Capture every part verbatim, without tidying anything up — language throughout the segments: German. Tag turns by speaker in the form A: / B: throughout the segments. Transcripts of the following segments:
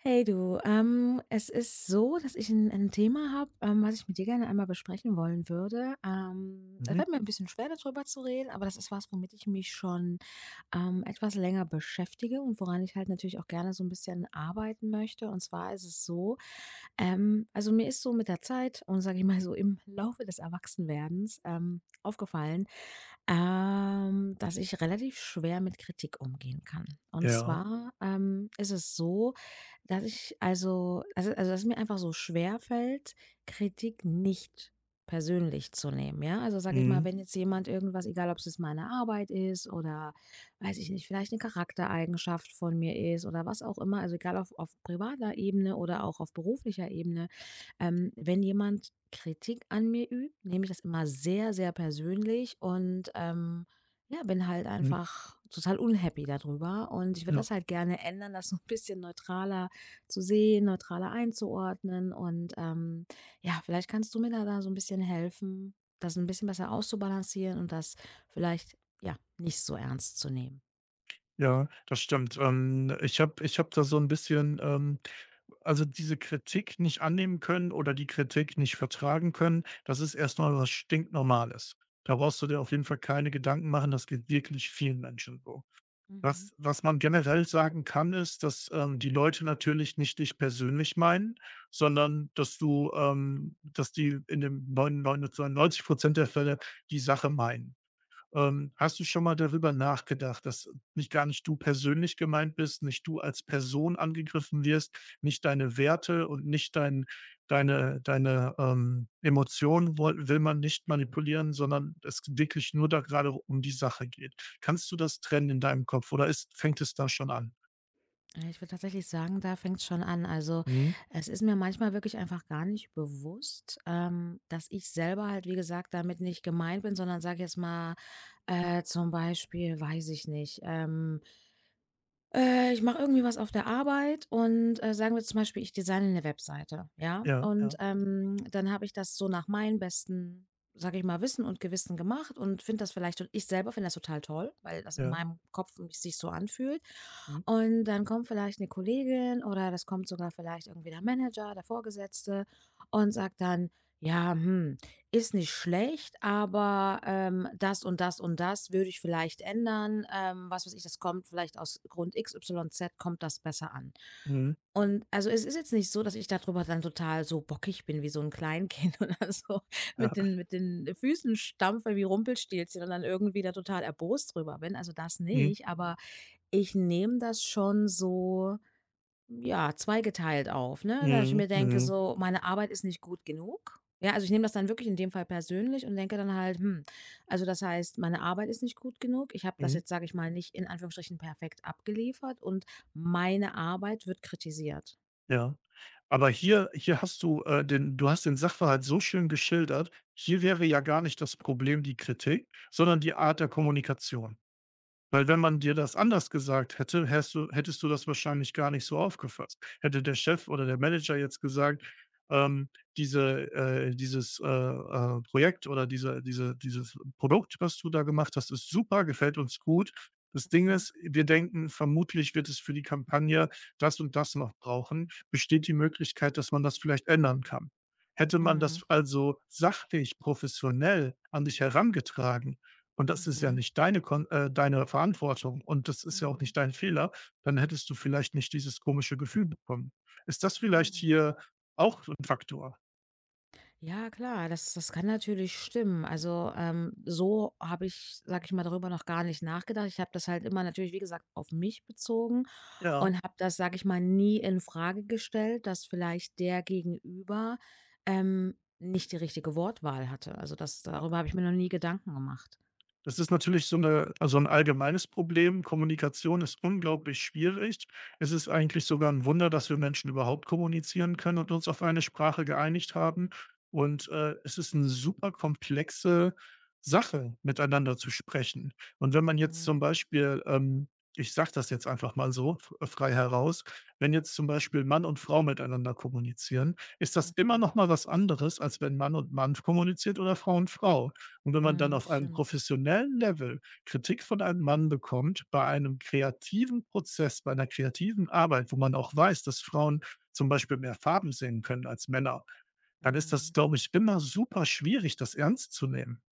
A: Hey du, ähm, es ist so, dass ich ein 'n Thema habe, ähm, was ich mit dir gerne einmal besprechen wollen würde. Ähm, es
B: Mhm.
A: fällt mir ein bisschen schwer, darüber zu reden, aber das ist was, womit ich mich schon, ähm, etwas länger beschäftige und woran ich halt natürlich auch gerne so ein bisschen arbeiten möchte. Und zwar ist es so, ähm also, mir ist so mit der Zeit und sage ich mal so im Laufe des Erwachsenwerdens, ähm, aufgefallen, ähm, dass ich relativ schwer mit Kritik umgehen kann. Und
B: Ja.
A: zwar, ähm, ist es so, dass ich also also also, dass es mir einfach so schwer fällt, Kritik nicht persönlich zu nehmen, ja? Also, sage ich mal,
B: Mhm.
A: wenn jetzt jemand irgendwas, egal ob's jetzt meine Arbeit ist oder, weiß ich nicht, vielleicht eine Charaktereigenschaft von mir ist oder was auch immer, also egal auf auf privater Ebene oder auch auf beruflicher Ebene, ähm, wenn jemand Kritik an mir übt, nehme ich das immer sehr, sehr persönlich und, ähm, ja, bin halt
B: Mhm.
A: einfach total unhappy darüber und ich würde
B: Ja.
A: das halt gerne ändern, das so 'n bisschen neutraler zu sehen, neutraler einzuordnen. Und ähm, ja, vielleicht kannst du mir da, da so ein bisschen helfen, das ein bisschen besser auszubalancieren und das vielleicht ja nicht so ernst zu nehmen.
B: Ja, das stimmt. Ähm, ich habe ich habe da so ein bisschen, ähm also, diese Kritik nicht annehmen können oder die Kritik nicht vertragen können, das ist erstmal was stinknormales. Da brauchst du dir auf jeden Fall keine Gedanken machen, das geht wirklich vielen Menschen so.
A: Mhm.
B: Was was man generell sagen kann, ist, dass, ähm, die Leute natürlich nicht dich persönlich meinen, sondern dass du, ähm dass die in den neunundneunzig Prozent der Fälle die Sache meinen. Ähm, hast du schon mal darüber nachgedacht, dass nicht gar nicht du persönlich gemeint bist, nicht du als Person angegriffen wirst, nicht deine Werte und nicht dein deine deine, ähm, Emotionen woll will man nicht manipulieren, sondern es wirklich nur da gerade um die Sache geht. Kannst du das trennen in deinem Kopf oder ist fängt es da schon an?
A: Ja, ich würde tatsächlich sagen, da fängt es schon an. Also
B: Mhm.
A: es ist mir manchmal wirklich einfach gar nicht bewusst, ähm, dass ich selber halt, wie gesagt, damit nicht gemeint bin, sondern sage jetzt mal äh, zum Beispiel, weiß ich nicht. Ähm, Äh, ich mache irgendwie was auf der Arbeit und, äh, sagen wir zum Beispiel, ich designe eine Webseite, ja?
B: Ja,
A: Und,
B: ja,
A: ähm, dann habe ich das so nach meinem besten, sage ich mal, Wissen und Gewissen gemacht und finde das vielleicht und ich selber finde das total toll, weil das in
B: ja.
A: meinem Kopf sich so anfühlt.
B: Mhm.
A: Und dann kommt vielleicht eine Kollegin oder das kommt sogar vielleicht irgendwie der Manager, der Vorgesetzte und sagt dann: „Ja, hm, ist nicht schlecht, aber, ähm, das und das und das würde ich vielleicht ändern. Ähm, was weiß ich, das kommt vielleicht aus Grund X Y Z kommt das besser an.
B: Mhm.
A: Und also, es ist jetzt nicht so, dass ich darüber dann total so bockig bin wie so ein Kleinkind oder so
B: Ja.
A: mit den mit den Füßen stampfe wie Rumpelstilzchen und dann irgendwie da total erbost drüber bin. Also, das
B: Mhm.
A: nicht, aber ich nehme das schon so, ja, zweigeteilt auf, ne? Dass ich mir
B: Mhm.
A: denke
B: Mhm.
A: so, meine Arbeit ist nicht gut genug. Ja, also ich nehme das dann wirklich in dem Fall persönlich und denke dann halt, hm, also das heißt, meine Arbeit ist nicht gut genug. Ich habe das
B: Mhm.
A: jetzt, sage ich mal, nicht in Anführungsstrichen perfekt abgeliefert und meine Arbeit wird kritisiert.
B: Ja. Aber hier hier hast du, äh, den du hast den Sachverhalt so schön geschildert. Hier wäre ja gar nicht das Problem die Kritik, sondern die Art der Kommunikation. Weil wenn man dir das anders gesagt hätte, hättest du hättest du das wahrscheinlich gar nicht so aufgefasst. Hätte der Chef oder der Manager jetzt gesagt, ähm, diese äh, dieses, äh, äh, Projekt oder diese diese dieses Produkt, was du da gemacht hast, ist super, gefällt uns gut. Das Ding
A: Mhm.
B: ist, wir denken, vermutlich wird es für die Kampagne das und das noch brauchen. Besteht die Möglichkeit, dass man das vielleicht ändern kann? Hätte man
A: Mhm.
B: das also sachlich, professionell an dich herangetragen und das ist ja
A: Mhm.
B: nicht deine Kon äh, deine Verantwortung und das ist ja auch
A: Mhm.
B: nicht dein Fehler, dann hättest du vielleicht nicht dieses komische Gefühl bekommen. Ist das vielleicht
A: Mhm.
B: hier auch so 'n Faktor?
A: Ja, klar, das, das kann natürlich stimmen. Also ähm, so habe ich, sag ich mal, darüber noch gar nicht nachgedacht. Ich habe das halt immer natürlich, wie gesagt, auf mich bezogen
B: Ja,
A: und habe das, sage ich mal, nie in Frage gestellt, dass vielleicht der Gegenüber, ähm, nicht die richtige Wortwahl hatte. Also, das
B: ja.
A: darüber habe ich mir noch nie Gedanken gemacht.
B: Das ist natürlich so 'ne also 'n allgemeines Problem. Kommunikation ist unglaublich schwierig. Es ist eigentlich sogar ein Wunder, dass wir Menschen überhaupt kommunizieren können und uns auf eine Sprache geeinigt haben. Und, äh, es ist eine super komplexe Sache, miteinander zu sprechen. Und wenn man jetzt
A: Mhm,
B: zum Beispiel, ähm ich sage das jetzt einfach mal so f äh, frei heraus, wenn jetzt zum Beispiel Mann und Frau miteinander kommunizieren, ist das immer
A: mhm,
B: noch mal was anderes, als wenn Mann und Mann kommuniziert oder Frau und Frau. Und wenn man dann
A: mhm,
B: auf einem
A: stimmt.
B: professionellen Level Kritik von einem Mann bekommt, bei einem kreativen Prozess, bei einer kreativen Arbeit, wo man auch weiß, dass Frauen zum Beispiel mehr Farben sehen können als Männer, dann ist das,
A: Mhm,
B: glaube ich, immer super schwierig, das ernst zu nehmen.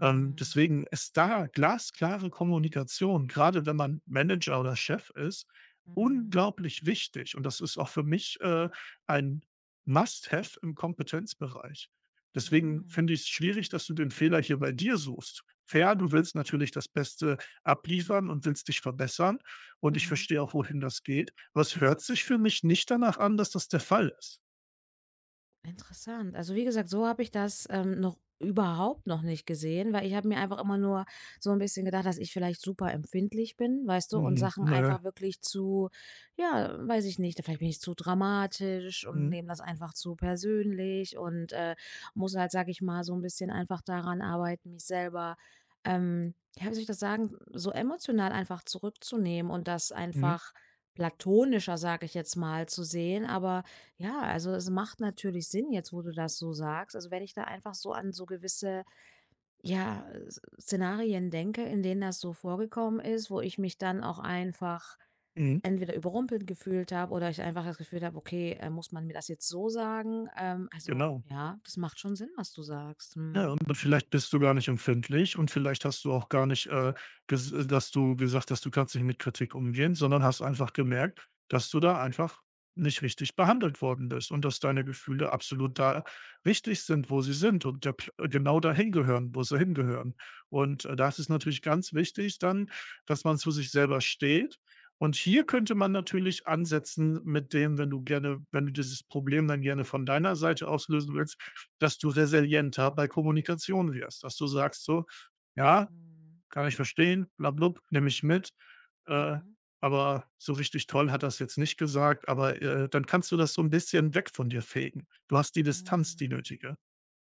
B: Ähm, deswegen ist da glasklare Kommunikation, gerade wenn man Manager oder Chef ist,
A: mhm,
B: unglaublich wichtig. Und das ist auch für mich, äh, ein Must-have im Kompetenzbereich. Deswegen
A: mhm,
B: finde ich es schwierig, dass du den Fehler hier bei dir suchst. Fair, du willst natürlich das Beste abliefern und willst dich verbessern und ich
A: mhm.
B: verstehe auch, wohin das geht, aber es hört sich für mich nicht danach an, dass das der Fall ist.
A: Interessant. Also wie gesagt, so habe ich das, ähm, noch überhaupt noch nicht gesehen, weil ich habe mir einfach immer nur so ein bisschen gedacht, dass ich vielleicht super empfindlich bin, weißt du, und
B: Mhm.
A: Sachen
B: Nö.
A: einfach wirklich zu, ja, weiß ich nicht, vielleicht bin ich zu dramatisch und
B: Mhm.
A: nehme das einfach zu persönlich und, äh, muss halt, sage ich mal, so ein bisschen einfach daran arbeiten, mich selber, ähm, ja, wie soll ich das sagen, so emotional einfach zurückzunehmen und das
B: Mhm.
A: einfach platonischer, sage ich jetzt mal, zu sehen. Aber ja, also es macht natürlich Sinn jetzt, wo du das so sagst. Also wenn ich da einfach so an so gewisse, ja, S- Szenarien denke, in denen das so vorgekommen ist, wo ich mich dann auch einfach
B: Mhm.
A: entweder überrumpelt gefühlt habe oder ich einfach das Gefühl habe, okay, äh, muss man mir das jetzt so sagen? Ähm, also
B: Genau.
A: ja, das macht schon Sinn, was du sagst.
B: Ja,
A: Mhm.
B: und vielleicht bist du gar nicht empfindlich und vielleicht hast du auch gar nicht, äh, ges äh, dass du gesagt hast, du kannst nicht mit Kritik umgehen, sondern hast einfach gemerkt, dass du da einfach nicht richtig behandelt worden bist und dass deine Gefühle absolut da richtig sind, wo sie sind und der Pl genau dahin gehören, wo sie hingehören. Und, äh, das ist natürlich ganz wichtig dann, dass man zu sich selber steht. Und hier könnte man natürlich ansetzen mit dem, wenn du gerne wenn du dieses Problem dann gerne von deiner Seite auslösen willst, dass du resilienter bei Kommunikation wirst, dass du sagst so: „Ja,
A: Mhm.
B: kann ich verstehen, bla blub, nehme ich mit, äh,
A: Mhm.
B: aber so richtig toll hat das jetzt nicht gesagt“, aber, äh, dann kannst du das so ein bisschen weg von dir fegen. Du hast die Distanz, die nötige,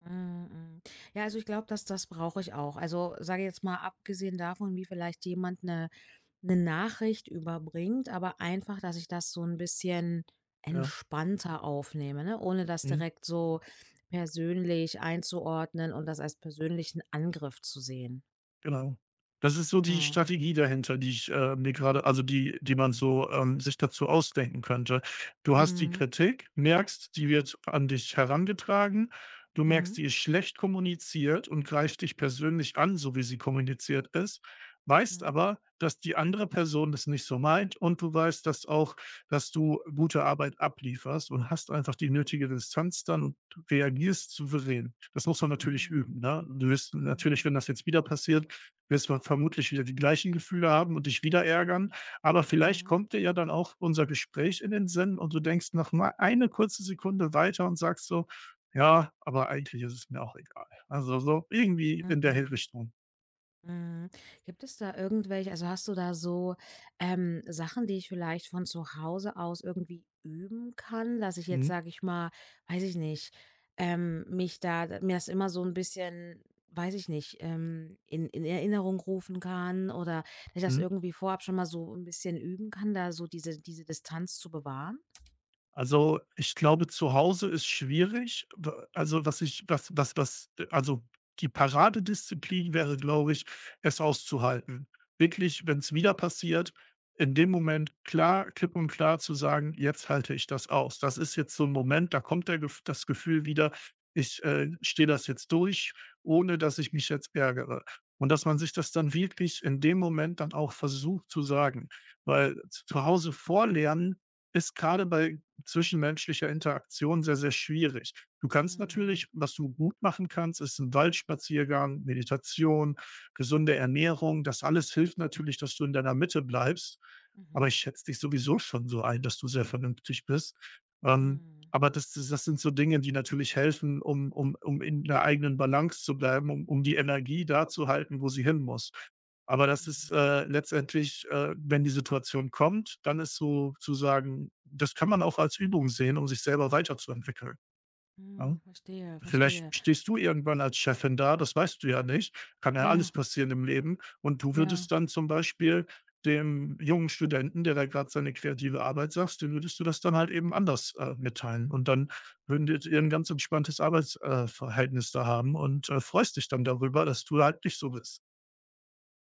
A: Mhm. Mhm. Ja, also ich glaube, dass das brauche ich auch. Also sage jetzt mal, abgesehen davon, wie vielleicht jemand eine 'ne Nachricht überbringt, aber einfach, dass ich das so 'n bisschen
B: ja.
A: entspannter aufnehme, ne, ohne das
B: Mhm.
A: direkt so persönlich einzuordnen und das als persönlichen Angriff zu sehen.
B: Genau. Das ist so die
A: Ja.
B: Strategie dahinter, die ich, äh, mir gerade, also, die die man so, ähm, sich dazu ausdenken könnte. Du hast die
A: Mhm.
B: Kritik, merkst, die wird an dich herangetragen. Du merkst,
A: Mhm.
B: die ist schlecht kommuniziert und greift dich persönlich an, so wie sie kommuniziert ist, weißt
A: Mhm.
B: aber, dass die andere Person das nicht so meint und du weißt, dass auch dass du gute Arbeit ablieferst und hast einfach die nötige Distanz dann und reagierst souverän. Das muss man natürlich
A: Mhm.
B: üben, ne? Du wirst natürlich,
A: Mhm.
B: wenn das jetzt wieder passiert wirst ver vermutlich wieder die gleichen Gefühle haben und dich wieder ärgern. Aber vielleicht
A: Mhm.
B: kommt dir ja dann auch unser Gespräch in den Sinn und du denkst noch mal eine kurze Sekunde weiter und sagst so: „Ja, aber eigentlich ist es mir auch egal.“ Also, so irgendwie
A: Mhm.
B: in der Hi
A: Mhm.
B: Richtung.
A: Mhm. Gibt es da irgendwelche, also, hast du da so, ähm, Sachen, die ich vielleicht von zu Hause aus irgendwie üben kann, dass ich jetzt,
B: Mhm.
A: sage ich mal, weiß ich nicht, ähm, mich da mir das immer so ein bisschen, weiß ich nicht, ähm, in in Erinnerung rufen kann oder dass ich das irgendwie vorab schon mal so ein bisschen üben kann, da so diese diese Distanz zu bewahren?
B: Also, ich glaube, zu Hause ist schwierig. W also, was ich was was was äh, Also, die Paradedisziplin wäre, glaube ich, es auszuhalten. Wirklich, wenn es wieder passiert, in dem Moment klar klipp und klar zu sagen: „Jetzt halte ich das aus.“ Das ist jetzt so ein Moment, da kommt der Gef das Gefühl wieder: „Ich, äh, stehe das jetzt durch, ohne dass ich mich jetzt ärgere.“ Und dass man sich das dann wirklich in dem Moment dann auch versucht zu sagen, weil zu Hause vorlernen ist gerade bei zwischenmenschlicher Interaktion sehr, sehr schwierig. Du kannst
A: Mhm.
B: natürlich Was du gut machen kannst, ist ein Waldspaziergang, Meditation, gesunde Ernährung. Das alles hilft natürlich, dass du in deiner Mitte bleibst, aber
A: Mhm.
B: ich schätze dich sowieso schon so ein, dass du sehr vernünftig bist. Ähm,
A: Mhm.
B: aber das das das sind so Dinge, die natürlich helfen, um um um in der eigenen Balance zu bleiben, um um die Energie da zu halten, wo sie hin muss. Aber das ist,
A: Mhm.
B: äh, letztendlich, äh, wenn die Situation kommt, dann ist so zu sagen, das kann man auch als Übung sehen, um sich selber weiterzuentwickeln,
A: Mhm.
B: ne?
A: Verstehe,
B: Vielleicht
A: verstehe.
B: stehst du irgendwann als Chefin da, das weißt du ja nicht. Kann ja alles
A: Ja,
B: passieren im Leben und du
A: ja.
B: würdest dann zum Beispiel dem jungen Studenten, der da gerade seine kreative Arbeit sagst dem würdest du das dann halt eben anders, äh, mitteilen. Und dann würdet ihr ein ganz entspanntes Arbeitsverhältnis äh, Verhältnis da haben und, äh, freust dich dann darüber, dass du halt nicht so bist.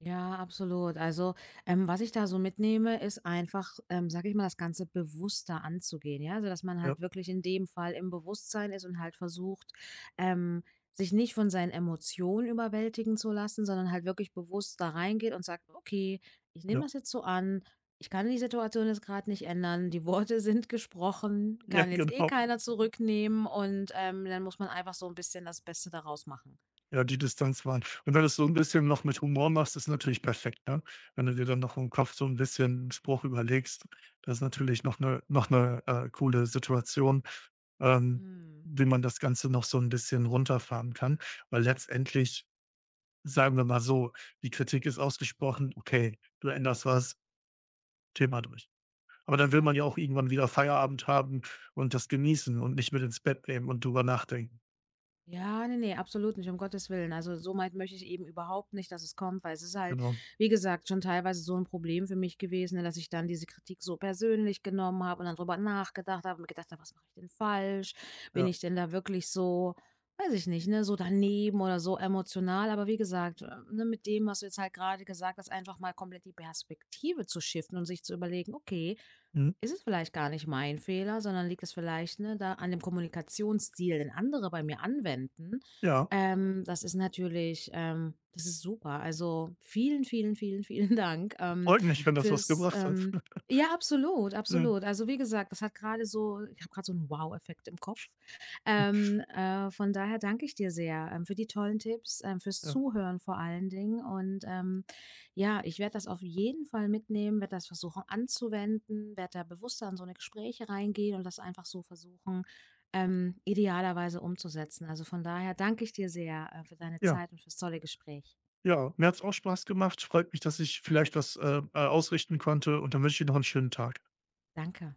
A: Ja, absolut. Also, ähm, was ich da so mitnehme, ist einfach, ähm, sage ich mal, das Ganze bewusster anzugehen. Ja, also dass man
B: Ja,
A: halt wirklich in dem Fall im Bewusstsein ist und halt versucht, ähm, sich nicht von seinen Emotionen überwältigen zu lassen, sondern halt wirklich bewusst da reingeht und sagt, okay, ich nehme
B: ja,
A: das jetzt so an. Ich kann die Situation jetzt gerade nicht ändern. Die Worte sind gesprochen,
B: ja,
A: kann jetzt eh
B: genau.
A: keiner zurücknehmen und ähm, dann muss man einfach so ein bisschen das Beste daraus machen.
B: Ja, die Distanz waren und wenn du's so ein bisschen noch mit Humor machst, ist natürlich perfekt, ne? Wenn du dir dann noch im Kopf so ein bisschen einen Spruch überlegst, das ist natürlich noch eine noch eine äh, coole Situation, ähm,
A: Hm,
B: wie man das Ganze noch so ein bisschen runterfahren kann. Weil letztendlich, sagen wir mal so, die Kritik ist ausgesprochen, okay, du änderst was, Thema durch. Aber dann will
A: ja.
B: man ja auch irgendwann wieder Feierabend haben und das genießen und nicht mit ins Bett nehmen und drüber nachdenken.
A: Ja, nee, nee, absolut nicht, um Gottes Willen. Also, so weit möchte ich eben überhaupt nicht, dass es kommt, weil es ist halt,
B: Genau,
A: wie gesagt, schon teilweise so ein Problem für mich gewesen, ne, dass ich dann diese Kritik so persönlich genommen habe und dann drüber nachgedacht habe und mir gedacht habe: „Was mache ich denn falsch? Bin
B: ja.
A: ich denn da wirklich so, weiß ich nicht, ne, so daneben oder so emotional?“ Aber wie gesagt, äh, ne, mit dem, was du jetzt halt gerade gesagt hast, einfach mal komplett die Perspektive zu shiften und sich zu überlegen: „Okay,
B: Mhm.
A: ist es vielleicht gar nicht mein Fehler, sondern liegt es vielleicht, ne, da an dem Kommunikationsstil, den andere bei mir anwenden.“
B: Ja,
A: Ähm, das ist natürlich, ähm, das ist super. Also vielen, vielen, vielen, vielen Dank, ähm,
B: freut mich, wenn das was
A: fürs.
B: gebracht hat.
A: Ähm, ja, absolut,
B: Ja,
A: absolut. Also wie gesagt, das hat gerade so, ich habe gerade so einen Wow-Effekt im Kopf. Ähm, äh, von daher danke ich dir sehr, ähm, für die tollen Tipps, ähm, fürs
B: ja,
A: Zuhören vor allen Dingen und ähm, ja, ich werde das auf jeden Fall mitnehmen, werde das versuchen anzuwenden, werde da bewusster in so eine Gespräche reingehen und das einfach so versuchen, ähm, idealerweise umzusetzen. Also, von daher danke ich dir sehr, äh, für deine
B: ja,
A: Zeit und fürs tolle Gespräch.
B: ja. Mir hat's auch Spaß gemacht. Freut mich, dass ich vielleicht was, äh, äh, ausrichten konnte und dann wünsche ich dir noch einen schönen Tag.
A: Danke.